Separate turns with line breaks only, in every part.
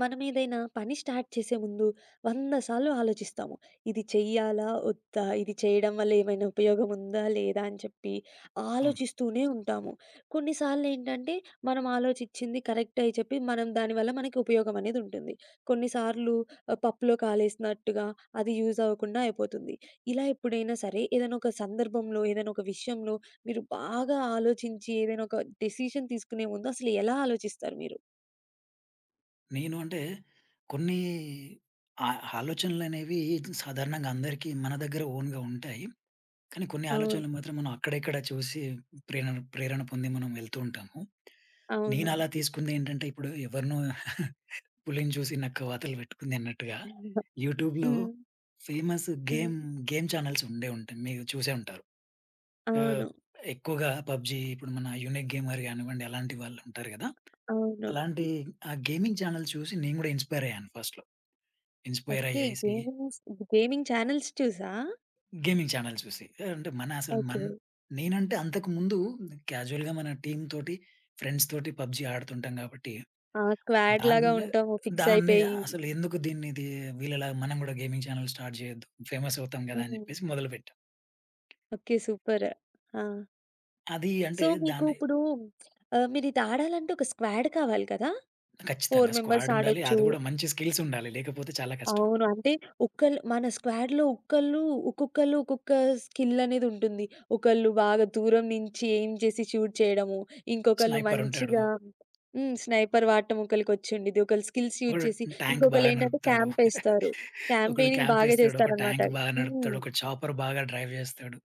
మనమేదైనా పని స్టార్ట్ చేసే ముందు 100 సార్లు ఆలోచిస్తాము. ఇది చెయ్యాలా? వద్దా? ఇది చేయడం వల్ల ఏమైనా ఉపయోగం ఉందా? లేదా? అని చెప్పి
అవును.
ఆలోచిస్తూనే ఉంటాము. కొన్నిసార్లేంటంటే మనం ఆలోచించింది కరెక్ట్ అని చెప్పి మనం దానివల్ల మనకి ఉపయోగం అనేది ఉంటుంది. కొన్నిసార్లు పప్పులో కాలేసినట్టుగా అది యూజ్ అవ్వకుండా అయిపోతుంది. ఇలా ఎప్పుడైనా సరే ఏదైనా ఒక సందర్భంలో, ఏదైనా ఒక విషయంలో మీరు బాగా ఆలోచించి ఏదైనా ఒక డెసిషన్ తీసుకునే ముందు అసలు ఎలా ఆలోచిస్తారు మీరు?
నేను అంటే కొన్ని ఆ ఆలోచనలనేవి సాధారణంగా అందరికీ మన దగ్గర ఓన్‌గా ఉంటాయి. కానీ కొన్ని
అవును.
ఆలోచనలు మాత్రం మనం అక్కడ, ఇక్కడ చూసి ప్రేరణ ప్రేరణ పొంది మనం వెళ్తూ ఉంటాము.
అవును.
నేను అలా తీసుకుందేంటంటే ఇప్పుడు ఎవరినో పులిని చూసి నక్క వాతలు పెట్టుకుంది అన్నట్టుగా యూట్యూబ్‌లో
హ్మ్.
ఫేమస్
హ్మ్.
గేమ్, గేమ్ ఛానెల్స్ ఉండే ఉంటాయి. మీరు చూసే ఉంటారు. ఆహ్,
అవును.
ఎక్కువగా పబ్‌జీ ఇప్పుడు మన యూనిక్ గేమర్ కానివ్వండి అలాంటి వాళ్ళు ఉంటారు కదా!
అవును.
అలాంటి ఆ గేమింగ్ ఛానెల్ చూసి నేను కూడా ఇన్‌స్పైర్ అయ్యాను ఫస్ట్‌లో. Inspire
okay.
అయ్యేసి
గేమింగ్ ఛానెల్స్ చూసా?
గేమింగ్ ఛానెల్ చూసి. అంటే మన అసలు
ఓకే.
మన్ నేనంటే అంతకుముందు క్యాజువల్‌గా మన టీమ్‌తోటి, ఫ్రెండ్స్‌తోటి పబ్‌జీ ఆడుతుంటాం కాబట్టి
ఆ! స్క్వాడ్ లాగా
దాన్నే
ఉంటాము ఫిక్స్
దాన్నే
అయిపోయి.
అసలు ఎందుకు దీన్ని ఇది వీళ్ళలాగా మనం కూడా గేమింగ్ ఛానెల్ స్టార్ట్ చేయొద్దు. ఫేమస్ అవుతాం కదా! అని
హ్మ్.
చెప్పేసి మొదలుపెట్టాం.
ఓకే. సూపర్. ఆ!
అది అంటే
సో, మీకు
దాన్ని
ఇప్పుడు మీరిది ఆడాలంటే ఒక స్క్వాడ్ కావాలి కదా!
ఖచ్చితంగా
4 మెంబర్స్
స్క్వాడ్ ఉండాలి.
ఆడొచ్చు.
అది కూడా మంచి స్కిల్స్ ఉండాలి. లేకపోతే చాలా కష్టం.
అవును. అంటే ఒక్కళ్ళు మన స్క్వాడ్‌లో ఒక్కళ్ళు ఒక్కొక్కళ్ళు ఒక్కొక్క స్కిల్ అనేది ఉంటుంది. ఒకళ్ళు బాగా దూరం నుంచి ఎయిమ్ చేసి షూట్ చేయడము. ఇంకొకళ్ళు
స్నైపర్ ఉంటాడు.
మంచిగా హ్మ్. స్నైపర్ వాడటం ఒకళ్ళకొచ్చుండిద్ది. ఒకళ్ళు స్కిల్స్ యూజ్
వాడు
చేసి
ట్యాంక్ బాగా
ఇంకొకళ్ళేంటంటే
నడుపుతాడు.
క్యాంపేస్తారు.
ఒకడు
క్యాంపెయినింగ్ బాగా
క్యాంపేస్తాడు. ఒక
చేస్తారనమాట.
టాంక్ బాగా నడుపుతాడు.
హ్మ్.
ఒక చాపర్ బాగా డ్రైవ్ జేస్తాడు.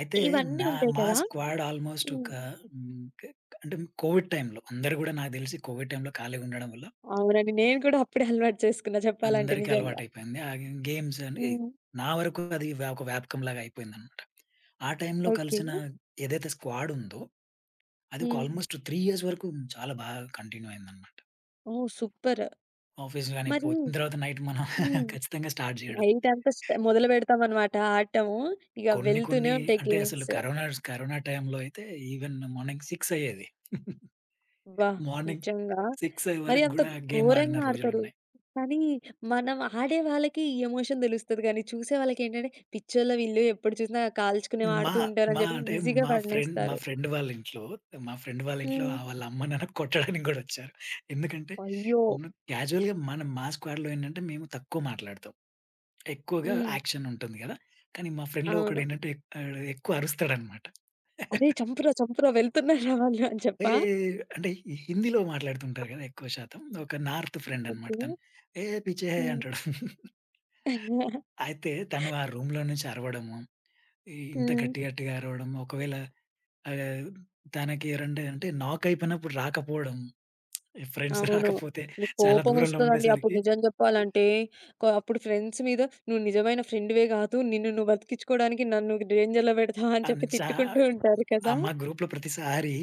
అయితే
ఇవన్నీ
నా
ఉంటాయి
మా
కదా!
స్క్వాడ్ ఆల్‌మోస్ట్ ఒక
హ్మ్.
హ్మ్, క్ అంటే కోవిడ్ టైమ్‌లో అందరూ గూడా నాకు దెలిసి కోవిడ్ టైమ్‌లో ఖాళీగా ఉండడం వల్ల
అవునండి. నేను కూడా అప్పుడే అలవాటు చేసుకున్నా చెప్పాలంటే
అందరికీ
నిజంగా.
అలవాటయిపోయింది. గేమ్స్ అని
హ్మ్.
నా వరకు అది ఒక వ్యాపకంలాగా అయిపోయిందనమాట. ఆ టైమ్‌లో
ఓకే.
కలిసిన ఏదైతే స్క్వాడ్ ఉందో అది ఒక
హ్మ్.
ఆల్‌మోస్ట్ 3 ఇయర్స్ వరకు చాలా బాగా కంటిన్యూ అయిందనమాట.
ఓహ్! సూపర్.
ఆఫీస్ గాని
మరి
పోయిన తర్వాత నైట్ మనం
హ్మ్.
ఖచ్చితంగా స్టార్ట్ జేయడం.
నైటంతా మొదలుపెడతామనమాట ఆడటము. ఇగ
కొన్ని కొన్ని
వెళ్తూనే ఉంటాయి
అంటే అసలు
గేమ్స్.
కరోనా కరోనా టైంలో అయితే ఈవెన్ మార్నింగ్ 6 అయ్యేది.
అబ్బా!
మార్నింగ్
నిజంగా.
6 అయ్యే
మరి
వరకు
అంత
గూడా గేమ్ ఆడిన
ఘోరంగా ఆడతారు.
రోజులున్నాయి.
కానీ మనం ఆడే వాళ్ళకి ఈ ఎమోషన్ తెలుస్తది గానీ, చూసే వాళ్ళకేంటంటే పిచ్చోళ్ళు వీళ్ళు ఎప్పుడు చూసినా కాల్చుకునేవి
మా
ఆడుతూ
మా
ఉంటారని చెప్పి
అంటే
ఈజీగా
మా ఫ్రెండ్ మా
పడనేస్తారు.
ఫ్రెండ్ వాళ్ళ ఇంట్లో, మా ఫ్రెండ్ వాళ్ళ ఇంట్లో
హ్మ్.
ఆ వాళ్ళ అమ్మ, నాన్న కొట్టడానికి గూడా వచ్చారు. ఎందుకంటే
అయ్యో!
క్యాజువల్‌గా మనం మా స్క్వాడ్‌లో ఏంటంటే మేము తక్కువ మాట్లాడతాం. ఎక్కువగా
హ్మ్.
యాక్షన్ ఉంటుంది గదా! కానీ మా ఫ్రెండ్‌లో
అవును.
ఒకడేంటంటే ఆడు ఎక్కువ అరుస్తాడనమాట.
"అరేయ్! చంపురా, చంపురా వెళ్తున్నారా వాళ్ళు" అని
ఏ
చెప్పా?
అంటే ఈ హిందీలో మాట్లాడుతుంటారు కదా! ఎక్కువ శాతం. ఒక నార్త్ ఫ్రెండ్ అనమాట
ఓకే.
తను. ఏ పిచ్చే హై
హ్మ్.
అంటాడు.
హ్మ్.
అయితే తను ఆ రూమ్‌లో నుంచి అరవడము, ఇంత గట్టిగా అరవడం, ఒకవేళ ఆహ్, తనకి ఎవరంటే అంటే నాక్ అయిపోయినప్పుడు రాకపోవడం, ఫ్రెండ్స్
అవును.
రాకపోతే చాలా దూరంలో
కోపమొస్తదండి. అప్పుడు
ఉండేసరికి
నిజం జెప్పాలంటే అప్పుడు ఫ్రెండ్స్ మీద నువ్వు నిజమైన ఫ్రెండ్‌వే గాదు. నిన్ను నువ్వు బతికిచ్చుకోవడానికి నన్ను డేంజర్‌లో పెడతావా అని
అని
చెప్పి
చా
తిట్టుకుంటూ ఉంటారు కదా!
మా గ్రూప్‌లో ప్రతిసారి,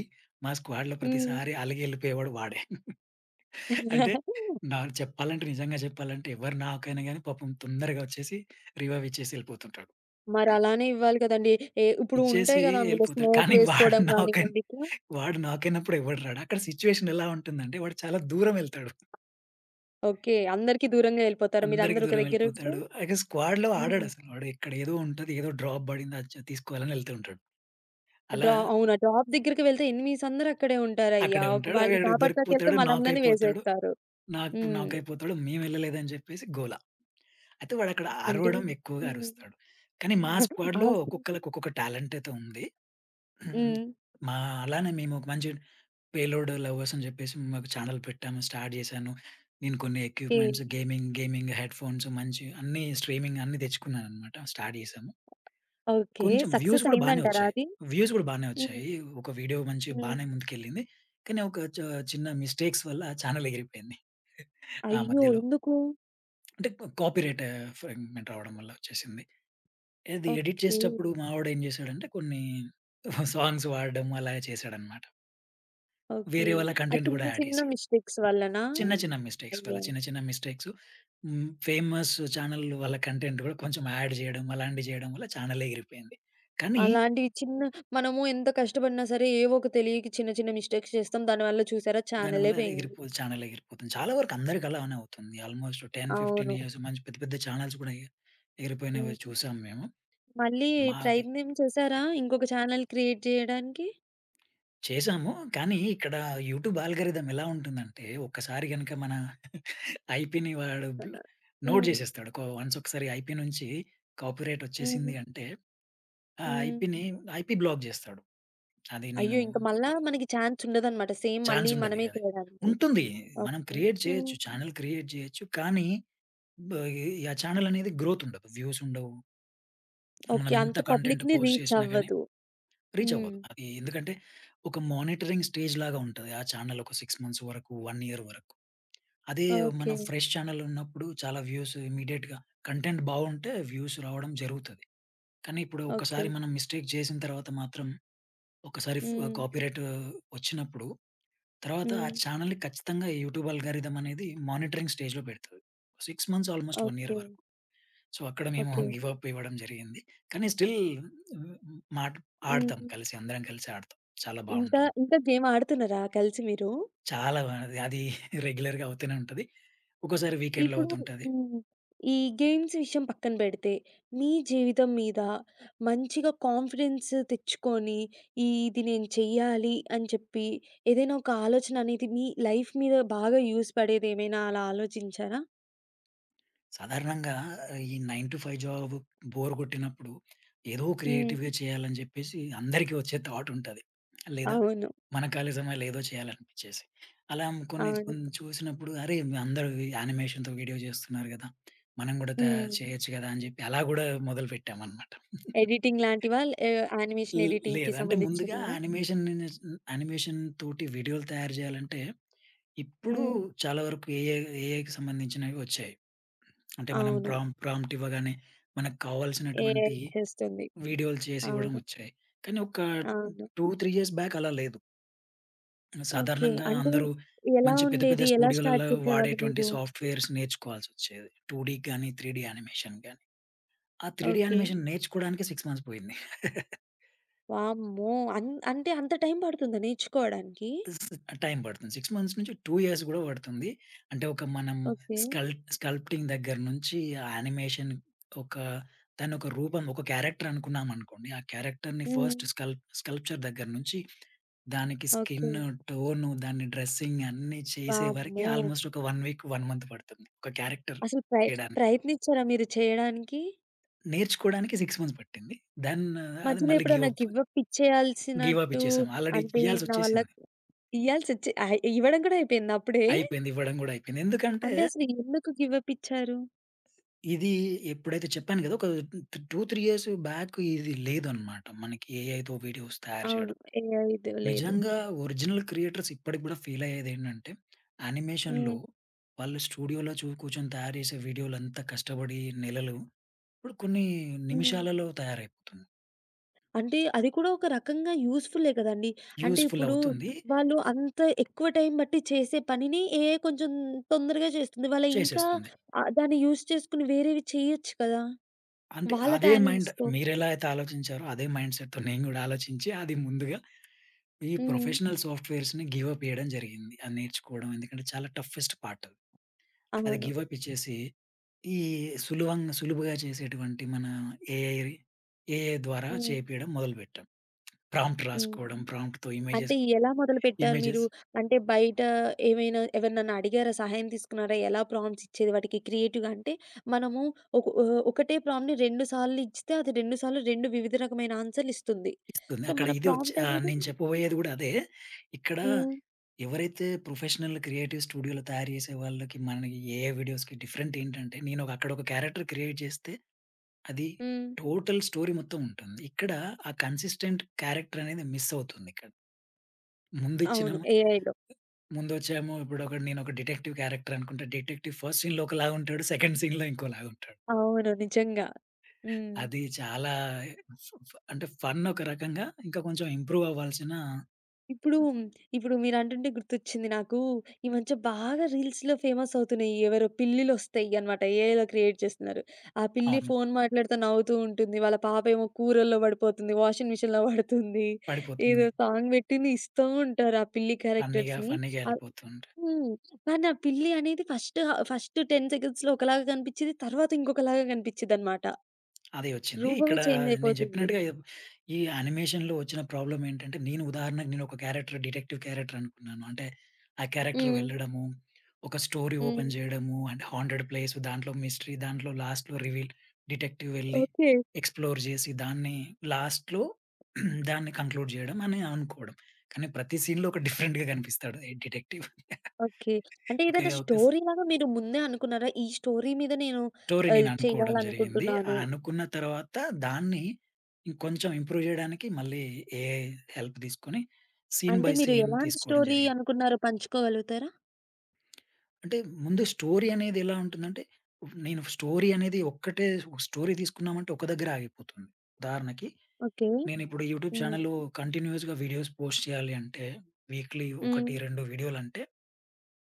మా స్క్వాడ్‌లో
హ్మ్. మరలానే
ప్రతిసారి అలిగి ఎళ్ళిపోయేవాడు వాడే. అంటే నా చెప్పాలంటే నిజంగా చెప్పాలంటే ఎవరు నాకైనా గాని పాపం తొందరగా వచ్చేసి రివైవ్ ఇచ్చేసి ఎళ్ళిపోతుంటాడు.
ఇవ్వాలి కదండీ. ఏ ఇప్పుడు
ఇచ్చేసి
ఉంటాయి గదా! అందులో
ఎళ్ళిపోతాడు.
స్మోక్
కానీ వాడు
వేసుకోవడం
నాకైన్
గానివ్వండి ఇట్లా.
వాడు నాకైనప్పుడు ఎవడు రాడు. అక్కడ సిట్యుయేషన్ ఎలా ఉంటుందంటే వాడు చాలా దూరం ఎళ్తాడు.
ఓకే. అందరికీ దూరంగా యెళ్ళిపోతారా
అందరికి
మీరందరూ ఒక
దూరం
దగ్గర ఉంటే?
ఎళ్ళిపోతాడు. అయితే స్క్వాడ్‌లో
హ్మ్.
ఆడడసలు. వాడు ఇక్కడ ఏదో ఉంటది. ఏదో డ్రాప్ పడింది అది తీసుకోవాలని ఎళ్తూ ఉంటాడు. అలా
అవునా! డ్రాప్ దగ్గరికి వెళ్తే ఎనిమీస్ అందరూ అక్కడే ఉంటారయ్యా!
అక్కడే ఉంటాడు.
వాళ్ళని
వీడు
కాపాడటానికెళ్తే
దొరికిపోతాడు. నాక్
మనందరిని
అయిపోతాడు.
వేసేస్తారు.
నాకు
హ్మ్.
నాక్ అయిపోతాడు. మేమెళ్ళలేదని చెప్పేసి గోల. అయితే వాడక్కడ
అంటే
అరవడం ఎక్కువగా
హ్మ్.
అరుస్తాడు. కానీ మా
ఆ!
స్క్వాడ్‌లో ఒక్కొక్కళ్ళకి ఒక్కొక్క టాలెంట్ అయితే ఉంది. హ్మ్.
హ్మ్.
మా అలానే మేము ఒక మంచి పేలోడ్ లవర్స్ అని చెప్పేసి మాకు ఛానెల్ పెట్టాము. స్టార్ట్ చేశాను. నేను కొన్ని
కే
ఎక్విప్‌మెంట్స్ గేమింగ్, గేమింగ్ హెడ్‌ఫోన్స్ మంచి అన్నీ స్ట్రీమింగ్ అన్నీ తెచ్చుకున్నాననమాట. స్టార్ట్ చేశాము.
ఓకే.
కొంచెం వ్యూస్
సక్సెస్
కూడా బానే
అయిందంటారా
వచ్చాయి.
అది?
వ్యూస్ కూడా బానే
హ్మ్.
వచ్చాయి. ఒక వీడియో మంచి
హ్మ్.
బానే ముందుకెళ్ళింది. కానీ ఒక చ చిన్న మిస్టేక్స్ వల్ల ఛానెల్ ఎగిరిపోయింది. ఆ
అయ్యో!
మధ్యలో.
ఎందుకు?
అంటే కాపీరైట్ ఫ్రాగ్మెంట్ రావడం వల్ల వచ్చేసింది. ఇది ఎడిట్
ఓకే.
చేసేటప్పుడు మావాడు ఏం చేశాడంటే కొన్ని సాంగ్స్ వాడడం అలా చేశాడనమాట.
ఓకే.
వేరే వాళ్ళ
ఆ
కంటెంట్
చిన్న
గూడా యాడ్
చిన్న
చేసాడు.
మిస్టేక్స్ వల్లనా?
చిన్న, చిన్న మిస్టేక్స్ వల్ల.
అయ్యో!
చిన్న, చిన్న మిస్టేక్స్ హ్మ్. ఫేమస్ ఛానల్ వాళ్ళ కంటెంట్ గూడా కొంచెం యాడ్ చేయడం, అలాంటివి చేయడం వల్ల ఛానల్ ఎగిరిపోయింది. కానీ
అలాంటివి మనము ఎంత కష్టపడినా సరే ఏవో ఒక తెలియక చిన్న చిన్న మిస్టేక్స్ చేస్తాం. దానివల్ల చూసారా ఛానలే
దానివల్ల
పోయింది.
ఎగిరిపో ఛానల్ ఎగిరిపోతుంది. చాలా వరకు అందరికి అలానే అవుతుంది. ఆల్మోస్ట్ 10, 15
అవును.
ఇయర్స్ మంచి పెద్ద, పెద్ద ఛానల్స్ కూడా ఎగిరిపోయినవి
హ్మ్.
చూసాం మేము.
మళ్ళీ
మాది
ప్రయత్నం చేసారా ఇంకొక ఛానల్ క్రియేట్ చేయడానికి?
చేసాము. కానీ ఇక్కడ యూట్యూబ్ ఆల్‌గారిథం ఎలా ఉంటుందంటే, ఒక్కసారి గనక మన ఐపీని వాడు నోట్
హ్మ్.
చేసేస్తాడు. కొ వన్స్ ఒకసారి ఐపీ నుంచి కాపీరైట్
హ్మ్.
వచ్చేసింది
హ్మ్.
అంటే ఆ!
హ్మ్.
ఐపీని ఐపీ బ్లాక్ జేస్తాడు. అది నేను
అయ్యో! ఇంక మళ్ళా మనకి ఛాన్స్ ఉండదనమాట. సేమ్
ఛాన్స్
మళ్ళీ
ఉండదిగ
మనమే
అది.
చేయడానికి.
ఉంటుంది. మనం
ఓకే.
క్రియేట్
హ్మ్.
చేయొచ్చు. ఛానెల్ క్రియేట్ చేయొచ్చు. కానీ బ ఈ ఛానెల్ అనేది గ్రోత్ ఉండదు. వ్యూస్ ఉండవు. మనం
ఓకే.
ఎంత
అంత
కంటెంట్
పబ్లిక్‌ని
పోస్ట్
రీచ్
చేసినా గానీ
అవ్వదు.
రీచ్
హ్మ్.
అవ్వదు. అది ఎందుకంటే ఒక మానిటరింగ్ స్టేజ్ లాగా ఉంటది. ఆ ఛానెల్ ఒక 6 మంత్స్ వరకు, 1 ఇయర్ వరకు. అదే మనం
ఓకే.
ఫ్రెష్ ఛానెల్ ఉన్నప్పుడు చాలా వ్యూస్ ఇమ్మీడియేట్‌గా కంటెంట్ బావుంటే వ్యూస్ రావడం జరుగుతది. కానీ ఇప్పుడు
ఓకే.
ఒక్కసారి మనం మిస్టేక్ చేసిన తర్వాత మాత్రం ఒకసారి
హ్మ్.
కాపీరైట్ వచ్చినప్పుడు, తర్వాత ఆ
హ్మ్.
ఛానెల్‌ని ఖచ్చితంగా యూట్యూబ్ అల్గారిథం అనేది మానిటరింగ్ స్టేజ్‌లో పెడతది. 6 మంత్స్ ఆల్‌మోస్ట్ 1 ఇయర్
ఓకే.
వరకు. సో, అక్కడ మేము
ఓకే.
గివ్ అప్ ఇవ్వడం జరిగింది. కానీ స్టిల్ మాట్ ఆడతాం
హ్మ్.
కలిసి, అందరం కలిసి ఆడతాం. చాలా
ఇంకా,
బావుంటుంది.
ఇంకా గేమ్ ఆడుతున్నారా కలిసి మీరు?
అది రెగ్యులర్‌గా అవుతూనే ఉంటది. ఒక్కోసారి వీకెండ్‌లో
ఇప్పుడు
అవుతుంటది.
హ్మ్. ఈ గేమ్స్ విషయం పక్కన పెడితే, మీ జీవితం మీద మంచిగా కాన్ఫిడెన్స్ తెచ్చుకొని, ఈ ఇది నేను చెయ్యాలి అని చెప్పి, ఏదైనా ఒక ఆలోచన అనేది మీ లైఫ్ మీద బాగా యూజ్ పడేదేమైనా అలా ఆలోచించారా?
సాధారణంగా ఈ 9 టు 5 జాబ్ బోర్ కొట్టినప్పుడు ఏదో
హ్మ్.
క్రియేటివ్‌గా చేయాలని చెప్పేసి అందరికీ వచ్చే థాట్ ఉంటది. లేదా
అవును.
మన ఖాళీ సమయాల్లో ఏదో చేయాలనిపించేసి. అలా కొన్ని
అవును.
కొన్ని చూసినప్పుడు అరే! అందరూ యానిమేషన్‌తో వీడియో చేస్తున్నారు గదా! మనం గూడా
హ్మ్.
చేయొచ్చు గదా! అని చెప్పి అలా గూడా మొదలుపెట్టామన్నమాట.
ఎడిటింగ్ లాంటివా?
ఈ
యానిమేషన్ ఎడిటింగ్‌కి
లేదా అంటే ముందుగా
సంబంధించినవా?
యానిమేషన్ యానిమేషన్ తోటి వీడియోలు తయారు చేయాలంటే ఇప్పుడు
హ్మ్.
చాలా వరకు ఏఐకి సంబంధించినవి వచ్చాయి. అంటే మనం
అవును.
ప్రాంప్ట్ ఇవ్వగానే మనకు
ఏఐ
కావాల్సినటువంటి
చేస్తుంది.
వీడియోలు చేసి ఇవ్వడం
అవును.
వచ్చాయి. కానీ ఒక
అవును.
2, 3 ఇయర్స్ బ్యాక్ అలా లేదు.
ఓకే.
సాధారణంగా
అంటే
అందరూ
ఎలా
మంచి పెద్ద పెద్ద
ఉండేది? ఎలా స్టార్ట్
స్టూడియోలలో
చేసేవాళ్ళు
వాడేటువంటి
మీరు?
సాఫ్ట్‌వేర్స్ నేర్చుకోవాల్సొచ్చేది. 2డీకి గాని, 3డీ యానిమేషన్ గాని. ఆ 3డీ
ఓకే.
యానిమేషన్ నేర్చుకోవడానికే 6 మంత్స్ పోయింది.
వామ్మో! అంటే అంత టైం పడుతుందా నేర్చుకోవడానికి?
టైం పడుతుంది. 6 మంత్స్ నుంచి 2 ఇయర్స్ గూడా పడుతుంది. అంటే ఒక మనం
ఓకే.
స్కల్ స్కల్ప్టింగ్ దగ్గర నుంచి యానిమేషన్ ఒక దాన్ని ఒక రూపం, ఒక క్యారెక్టర్ అనుకున్నామనుకోండి. ఆ క్యారెక్టర్‌ని
హ్మ్.
ఫస్ట్ స్కల్ప్చర్ దగ్గర నుంచి దానికి
ఓకే.
స్కిన్ టోన్ దాన్ని డ్రెస్సింగ్ అన్నీ చేసే వరకి
వామ్మో!
ఆల్మోస్ట్ ఒక 1 వీక్, 1 మంత్ పడుతుంది. ఒక క్యారెక్టర్
అసలు
చేయడానికి.
ప్రయత్నించారా మీరు చేయడానికి?
నేర్చుకోవడానికి 6 మంత్స్ పట్టింది. దెన్ అది
మధ్యలో
మళ్ళీ గివ్
ఎప్పుడన్నా
up.
Give up
give up
ఇచ్చేయాల్సినట్టు
ఇచ్చేసాం. ఆల్రెడీ
అంటే నా వల్ల
ఇయ్యాల్సొచ్చేసింది.
ఇయ్యాల్సొచ్చి ఇవ్వడం కూడా అయిపోయిందా అప్పుడే?
అయిపోయింది. ఇవ్వడం గూడా అయిపోయింది. ఎందుకంటే
అంటే అసలు ఎందుకు గివ్ అప్ ఇచ్చారు?
ఇది ఎప్పుడైతే చెప్పాను కదా! ఒక 2, 3 ఇయర్స్ బ్యాక్ ఇది లేదనమాట. మనకి ఏఐతో వీడియోస్ తయారు చేయడం.
అవును. ఏ ఐదు లేదు.
నిజంగా ఒరిజినల్ క్రియేటర్స్ ఇప్పటికి గూడా ఫీల్ అయ్యేదేంటంటే, యానిమేషన్‌లో
హ్మ్.
వాళ్ళు స్టూడియోలో కూర్చొని తయారు చేసే వీడియోలంతా కష్టపడి నెలలు, ఇప్పుడు కొన్ని
హ్మ్.
నిమిషాలలో తయారైపోతుంది.
అంటే అది కూడా ఒక రకంగా యూజ్‌ఫు‌ల్లే కదండీ. అంటే
యూజ్‌ఫుల్
ఇప్పుడు
అవుతుంది.
వాళ్ళు అంత ఎక్కువ టైం బట్టి చేసే పనిని ఏఐ కొంచెం తొందరగా చేస్తుంది. వాళ్ళు ఇంకా
చేసేస్తుంది.
దాన్ని యూజ్ చేసుకొని వేరేవి చేయొచ్చు కదా!
అంటే
వాళ్ళ
అదే మైండ్
టాలెంట్స్‌తో.
మీరెలా అయితే ఆలోచించారో అదే మైండ్ సెట్‌తో నేను గూడా ఆలోచించి అది ముందుగా ఈ
హ్మ్.
ప్రొఫెషనల్ సాఫ్ట్‌వేర్స్‌ని గివ్ అప్ ఇయ్యడం జరిగింది. అది నేర్చుకోవడం ఎందుకంటే చాలా టఫెస్ట్ పార్ట్ అది. అది
అవును.
గివ్ అప్ ఇచ్చేసి ఈ సులువుగా చేసేటువంటి మన ఏఐ ఏఐ ద్వారా
హ్మ్.
చేపియడం మొదలుపెట్టాం. ప్రాంప్ట్
హ్మ్.
రాసుకోవడం, ప్రాంప్ట్‌తో
అంటే
ఇమేజెస్
ఎలా మొదలుపెట్టారు మీరు?
ఇమేజెస్
అంటే బయట ఏమైనా ఎవరినన్నా అడిగారా? సహాయం తీసుకున్నారా? ఎలా ప్రాంప్ట్స్ ఇచ్చేది వాటికి క్రియేటివ్‌గా? అంటే మనము ఒకటే ప్రాంప్ట్‌ని 2 సార్లు ఇస్తే అది 2 సార్లు 2 వివిధ రకమైన ఆన్సర్‌లు ఇస్తుంది.
ఇస్తుంది.
సో,
అక్కడ
మన
ఇది వచ్చి
ప్రాంప్ట్ అనేది
నేను చెప్పబోయేది గూడా అదే. ఇక్కడ
హ్మ్.
ఎవరైతే ప్రొఫెషనల్ క్రియేటివ్ స్టూడియోలో తయారు చేసే వాళ్ళకి మనకి ఏఐ వీడియోస్‌కి డిఫరెంట్ ఏంటంటే, నేను ఒక అక్కడ ఒక క్యారెక్టర్ క్రియేట్ చేస్తే, అది
హ్మ్.
టోటల్ స్టోరీ మొత్తం ఉంటుంది. ఇక్కడ ఆ కన్సిస్టెంట్ క్యారెక్టర్ అనేది మిస్ అవుతుంది ఇక్కడ. ముందు
అవును.
ఇచ్చినము
ఏఐలో.
ముందొచ్చేమో నేనొక డిటెక్టివ్ క్యారెక్టర్ అనుకుంటే, డిటెక్టివ్ ఫస్ట్ సీన్‌లో ఒకలాగా ఉంటాడు. సెకండ్ సీన్‌లో ఇంకోలాగా ఉంటాడు.
అవును. నిజంగా. హ్మ్.
అది చాలా ఫ్ ఫ్ అంటే ఫన్ ఒక రకంగా. ఇంకా కొంచెం ఇంప్రూవ్ అవ్వాల్సిన
ఇప్పుడు, ఇప్పుడు మీరంటుంటే గుర్తొచ్చింది నాకు. ఈ మధ్య బాగా రీల్స్‌లో ఫేమస్ అవుతున్నాయి. ఎవరో పిల్లులొస్తాయి అన్నమాట. ఏఐలో క్రియేట్ చేస్తున్నారు. ఆ పిల్లి
అవును.
ఫోను మాట్లాడుతూ నవ్వుతూ ఉంటుంది. వాళ్ళ పాప ఏమో కూరల్లో పడిపోతుంది. వాషింగ్ మిషన్‌లో పడుతుంది. ఏదో
పడిపోతుంది.
సాంగ్ పెట్టింది ఇస్తూ ఉంటారు ఆ పిల్లి
ఫన్నీగా,
క్యారెక్టర్స్‌ని.
ఫన్నీగా
ఆహ్,
ఎళ్ళిపోతూ ఉంటాయి.
హ్మ్. కానీ ఆ పిల్లి అనేది ఫస్ట్ 10 సెకండ్స్‌లో ఒకలాగా కనిపించిద్ది. తర్వాత ఇంకొకలాగా కనిపించిద్దన్నమాట.
అది వచ్చింది.
రూపమే
ఇక్కడ
చేంజ్
నేను
అయిపోతుంది.
చెప్పినట్టుగా ఈ యానిమేషన్‌లో వచ్చిన ప్రాబ్లమ్ ఏంటంటే, ఉదాహరణకు నేను ఒక డిటెక్టివ్ క్యారెక్టర్ అనుకున్నాను. అంటే ఆ క్యారెక్టర్
హ్మ్.
వెళ్ళడము, ఒక స్టోరీ
హ్మ్.
ఓపెన్ చేయడము, అంటే హాంటెడ్ ప్లేస్ దాంట్లో మిస్టరీ, దాంట్లో లాస్ట్‌లో రివీల్ డిటెక్టివ్ వెళ్లి
ఓకే.
ఎక్స్‌ప్లోర్ చేసి దాన్ని లాస్ట్‌లో దాన్ని కంక్లూడ్ చేయడం అని అనుకోవడం. కానీ ప్రతి సీన్‌లో ఒక డిఫరెంట్‌గా కనిపిస్తాడు ఈ డిటెక్టివ్.
ఓకే. అంటే
ఓకే.
ఏదైనా
ఒక
స్టోరీ లాగా మీరు ముందే అనుకున్నారా? ఈ స్టోరీ మీద నేను
స్టోరీ నేననుకోవడం జరిగింది. ఆ
చేయాలనుకుంటున్నాను.
అనుకున్న తర్వాత దాన్ని ఇంకొంచెం ఇంప్రూవ్ జేయడానికి మళ్ళీ ఏఐ హెల్ప్ తీసుకొని సీన్
అంటే
బై
మీరు
సీన్
ఎలాంటి
తీసుకోవడం
స్టోరీ
జరిగింది.
అనుకున్నారో పంచుకోగలుగుతారా?
అంటే ముందు స్టోరీ అనేది ఎలా ఉంటుందంటే, నేను స్టోరీ అనేది ఒక్కటే స్టోరీ తీసుకున్నామంటే ఒక దగ్గర ఆగిపోతుంది. ఉదాహరణకి
ఓకే.
నేనిప్పుడు యూట్యూబ్
హ్మ్.
ఛానల్‌లో కంటిన్యూయస్‌గా వీడియోస్ పోస్ట్ చేయాలి అంటే వీక్‌లీ
హ్మ్.
1, 2 వీడియోలంటే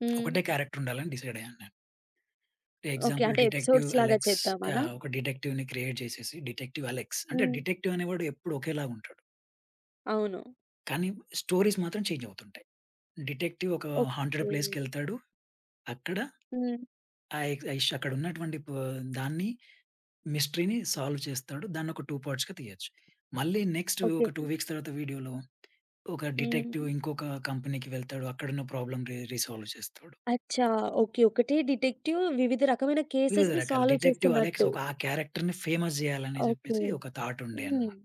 హ్మ్.
ఒకటే క్యారెక్టర్ ఉండాలని డిసైడ్ అయ్యాను నేను.
ఓకే.
ఎగ్జాంపుల్
అంటే
'డిటెక్టివ్
ఎపిసోడ్స్ లాగా
అలెక్స్'.
చేద్దామనా?
ఒక డిటెక్టివ్‌ని క్రియేట్ చేసేసి 'డిటెక్టివ్ అలెక్స్' అంటే
హ్మ్.
డిటెక్టివ్ అనేవాడు ఎప్పుడు ఒకేలాగా ఉంటాడు.
అవును.
కానీ స్టోరీస్ మాత్రం చేంజ్ అవుతుంటాయి. డిటెక్టివ్ ఒక హాంటెడ్
ఓకే.
ప్లేస్‌కెళ్తాడు. అక్కడ
హ్మ్.
ఆ ఎక్ ఐష్ అక్కడ ఉన్నటువంటి ప దాన్ని మిస్టరీని సాల్వ్ చేస్తాడు. దాన్ని ఒక 2 పార్ట్స్‌గా తీయొచ్చు. మళ్ళీ నెక్స్ట్
ఓకే.
ఒక 2 వీక్స్ తర్వాత వీడియోలో ఒక
హ్మ్.
డిటెక్టివ్ ఇంకొక కంపెనీకి వెళ్తాడు. అక్కడున్న ప్రాబ్లమ్ రిసాల్వ్ చేస్తాడు.
అచ్చా! ఓకే. ఒకటే డిటెక్టివ్ వివిధ రకమైన
వివిధ
కేసెస్‌ని
రకాల
సాల్వ్
డిటెక్టివ్ అలెక్స్
చేస్తున్నట్టు.
ఒక ఆ క్యారెక్టర్‌ని ఫేమస్ చేయాలని
ఓకే.
చెప్పేసి ఒక థాట్ ఉండే
హ్మ్.
అన్నమాట.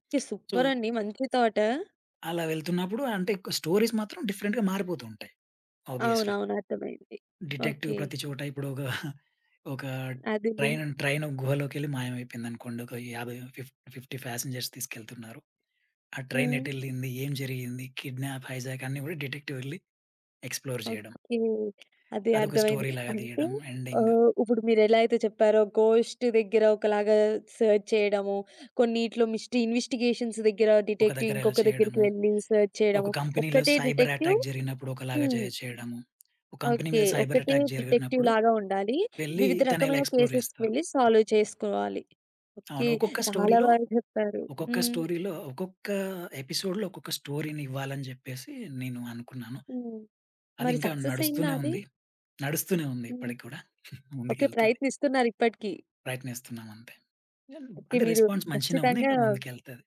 ఓకే.
సో
సూపరండి. మంచి థాట్.
అలా వెళ్తున్నప్పుడు అంటే స్టోరీస్ మాత్రం డిఫరెంట్‌గా మారిపోతూ ఉంటాయి. ఆబ్వియస్‌లీ.
అవునవును. అర్థమైంది.
Detective
okay.
ప్రతి చోట ఇప్పుడు ఒక, ఒక
అదేలే.
ట్రైన్ ట్రైన్ గుహలోకెళ్ళి మాయమైపోయిందనుకోండి. ఒక 50 ప్యాసింజర్స్ తీసుకెళ్తున్నారు. ఆ ట్రైన్
హ్మ్.
ఎటెళ్ళింది? ఏం జరిగింది? కిడ్నాప్, హైజాక్ అన్నీ కూడా డిటెక్టివ్ వెళ్లి ఎక్స్‌ప్లోర్ చేయడం.
ఓకే. అదే
అదొక
అర్థమైంది.
స్టోరీ లాగా
అంటే
తీయడం.
ఇప్పుడు మీరెలా అయితే చెప్పారో గోస్ట్ దగ్గర ఒకలాగా సెర్చ్ చేయడము, కొన్నిట్లో మిస్టరీ ఇన్వెస్టిగేషన్స్ దగ్గర
ఒక
డిటెక్టివ్
దగ్గర ఇలా
ఇంకొక దగ్గరికి
చేయడము.
వెళ్లి సెర్చ్
ఒక
చేయడము.
కంపెనీలో
ఒక్కటే
సైబర్
డిటెక్టివ్
అటాక్ జరిగినప్పుడు ఒకలాగా చే
హ్మ్.
చేయడము. ఒక కంపెనీ
ఓకే.
మీద సైబర్
ఒక్కటే
అటాక్
డిటెక్టివ్
జరిగినప్పుడు
లాగా ఉండాలి.
వెళ్లి
వివిధ
తను ఎలా
రకమైన
ఎక్స్‌ప్లోర్
కేసెస్‌కి
చేస్తారు.
వెళ్లి సాల్వ్ చేసుకోవాలి.
అవును.
ఓకే. చాలా బాగా చెప్పారు.
ఒక్కొక్క
హ్మ్.
స్టోరీలో ఒక్కొక్క ఎపిసోడ్‌లో ఒక్కొక్క స్టోరీని ఇవ్వాలని జెప్పేసి నేను అనుకున్నాను.
హ్మ్.
అది
మరి
ఇంకా
సక్సెస్ అయిందా
నడుస్తూనే
అది?
ఉంది. నడుస్తూనే ఉంది
హ్మ్.
ఇప్పటికి కూడా.
ఓకే.
ముందుకెళ్తది.
ప్రయత్నిస్తున్నారు ఇప్పటికి.
ప్రయత్నిస్తున్నాం అంతే.
ఓకే.
అంటే
మీరు
రెస్పాన్స్ మంచిగానే ఉంది.
ఖచ్చితంగా
ఇంకా ముందుకెళ్తది.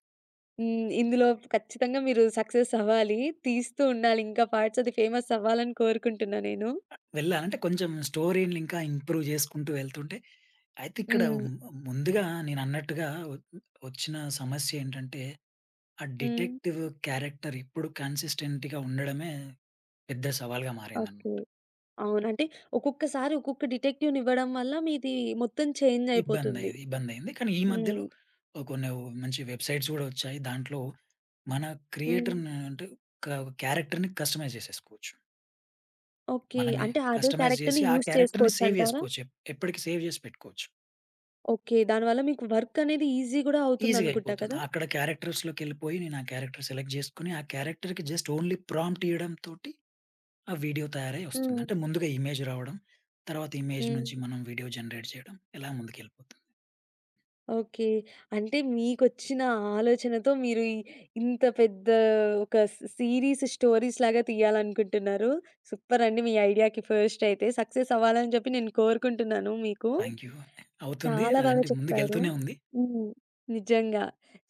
హ్మ్. ఇందులో ఖచ్చితంగా మీరు సక్సెస్ అవ్వాలి. తీస్తూ ఉండాలి ఇంకా పార్ట్స్. అది ఫేమస్ అవ్వాలని కోరుకుంటున్నా నేను.
వెళ్ళాలంటే కొంచెం స్టోరీని ఇంకా ఇంప్రూవ్ చేసుకుంటూ వెళ్తుంటే అయితే ఇక్కడ
హ్మ్.
ముందుగా నేనన్నట్టుగా వచ్చిన సమస్య ఏంటంటే ఆ
హ్మ్.
డిటెక్టివ్ క్యారెక్టర్ ఇప్పుడు కన్సిస్టెంట్‌గా ఉండడమే పెద్ద సవాల్‌గా మారిందన్నమాట.
ఓకే. అవును. అంటే ఒక్కొక్కసారి ఒక్కొక్క డిటెక్టివ్‌నివ్వడం వల్ల మీది మొత్తం చేంజ్ అయిపోతుంది.
ఇబ్బందయింది. ఇబ్బందయింది. కానీ ఈ మధ్యలో
హ్మ్.
కొన్ని మంచి వెబ్‌సైట్స్ గూడా ఒచ్చాయి. దాంట్లో మన
హ్మ్.
క్రియేటర్‌ని అంటే క క్యారెక్టర్‌ని కస్టమైజ్ జేసేసుకోవచ్చు.
ఓకే.
మనమే
అంటే అదే
కస్టమైజ్ జేసి
క్యారెక్టర్‌ని
ఆ
యూజ్
క్యారెక్టర్‌ని సేవ్
చేసుకోవచ్చంటారా?
జేసుకోవచ్చు. ఎప్పటికి సేవ్ జేసి పెట్టుకోవచ్చు.
ఓకే. దానివల్ల మీకు వర్క్ అనేది ఈజీ గూడా
ఈజీగా
అవుతుందనుకుంటా
అయిపోతుంది.
కదా!
అక్కడ క్యారెక్టర్స్‌లోకెళ్ళిపోయి నేను ఆ క్యారెక్టర్ సెలెక్ట్ జేసుకొని, ఆ క్యారెక్టర్‌కి జస్ట్ ఓన్లీ ప్రాంప్ట్ ఇయ్యడంతోటి ఆ వీడియో తయారై ఒస్తుంది.
హ్మ్.
అంటే ముందుగా ఇమేజ్ రావడం, తర్వాత ఇమేజ్
హ్మ్.
నుంచి మనం వీడియో జనరేట్ జేయడం ఇలా ముందుకెళ్ళిపోతుంది.
ఓకే. అంటే మీకొచ్చిన ఆలోచనతో మీరు ఇంత పెద్ద ఒక సీరీస్ స్టోరీస్‌లాగా తీయాలనుకుంటున్నారు. సూపరండి మీ ఐడియాకి ఫస్ట్ అయితే. సక్సెస్ అవ్వాలని చెప్పి నేను కోరుకుంటున్నాను మీకు.
Thank you. అవుతుంది.
చాలా బాగా
అదంటే
చెప్పారు.
ముందుకెళ్తూనే ఉంది.
హ్మ్. నిజంగా.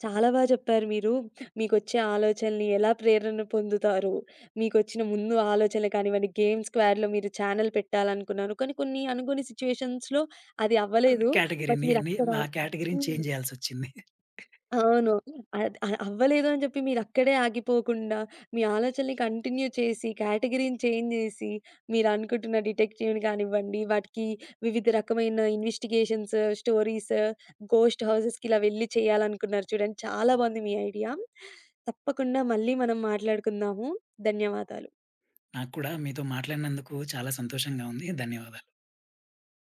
చాలా చెప్పారు మీరు. మీకొచ్చే ఆలోచనలు ఎలా ప్రేరణ పొందుతారు? మీకొచ్చిన ముందు ఆలోచనలు కానివ్వండి, గేమ్ స్క్వాడ్‌లో మీరు ఛానెల్ పెట్టాలనుకున్నారు. కానీ కొన్ని అనుకోని సిట్యుయేషన్స్‌లో అది అవ్వలేదు. బట్
కేటగరీని ని
మీరక్కడ
మా కేటగరీని
హ్మ్.
చేంజ్ చేయాల్సొచ్చింది.
అవును. అద్ అ అవ్వలేదు అని చెప్పి మీరక్కడే ఆగిపోకుండా, మీ ఆలోచనని కంటిన్యూ చేసి, కేటగరీని చేంజ్ జేసి, మీరనుకుంటున్న డిటెక్టివ్‌ని కానివ్వండి, వాటికి వివిధ రకమైన ఇన్వెస్టిగేషన్స్, స్టోరీస్, గోస్ట్ హౌసెస్‌కి ఇలా వెళ్లి చేయాలనుకున్నారు చూడండి. చాలా బావుంది మీ ఐడియా. తప్పకుండా మళ్ళీ మనం మాట్లాడుకుందాము. ధన్యవాదాలు.
నాకు కూడా మీతో మాట్లాడినందుకు చాలా సంతోషంగా ఉంది. ధన్యవాదాలు.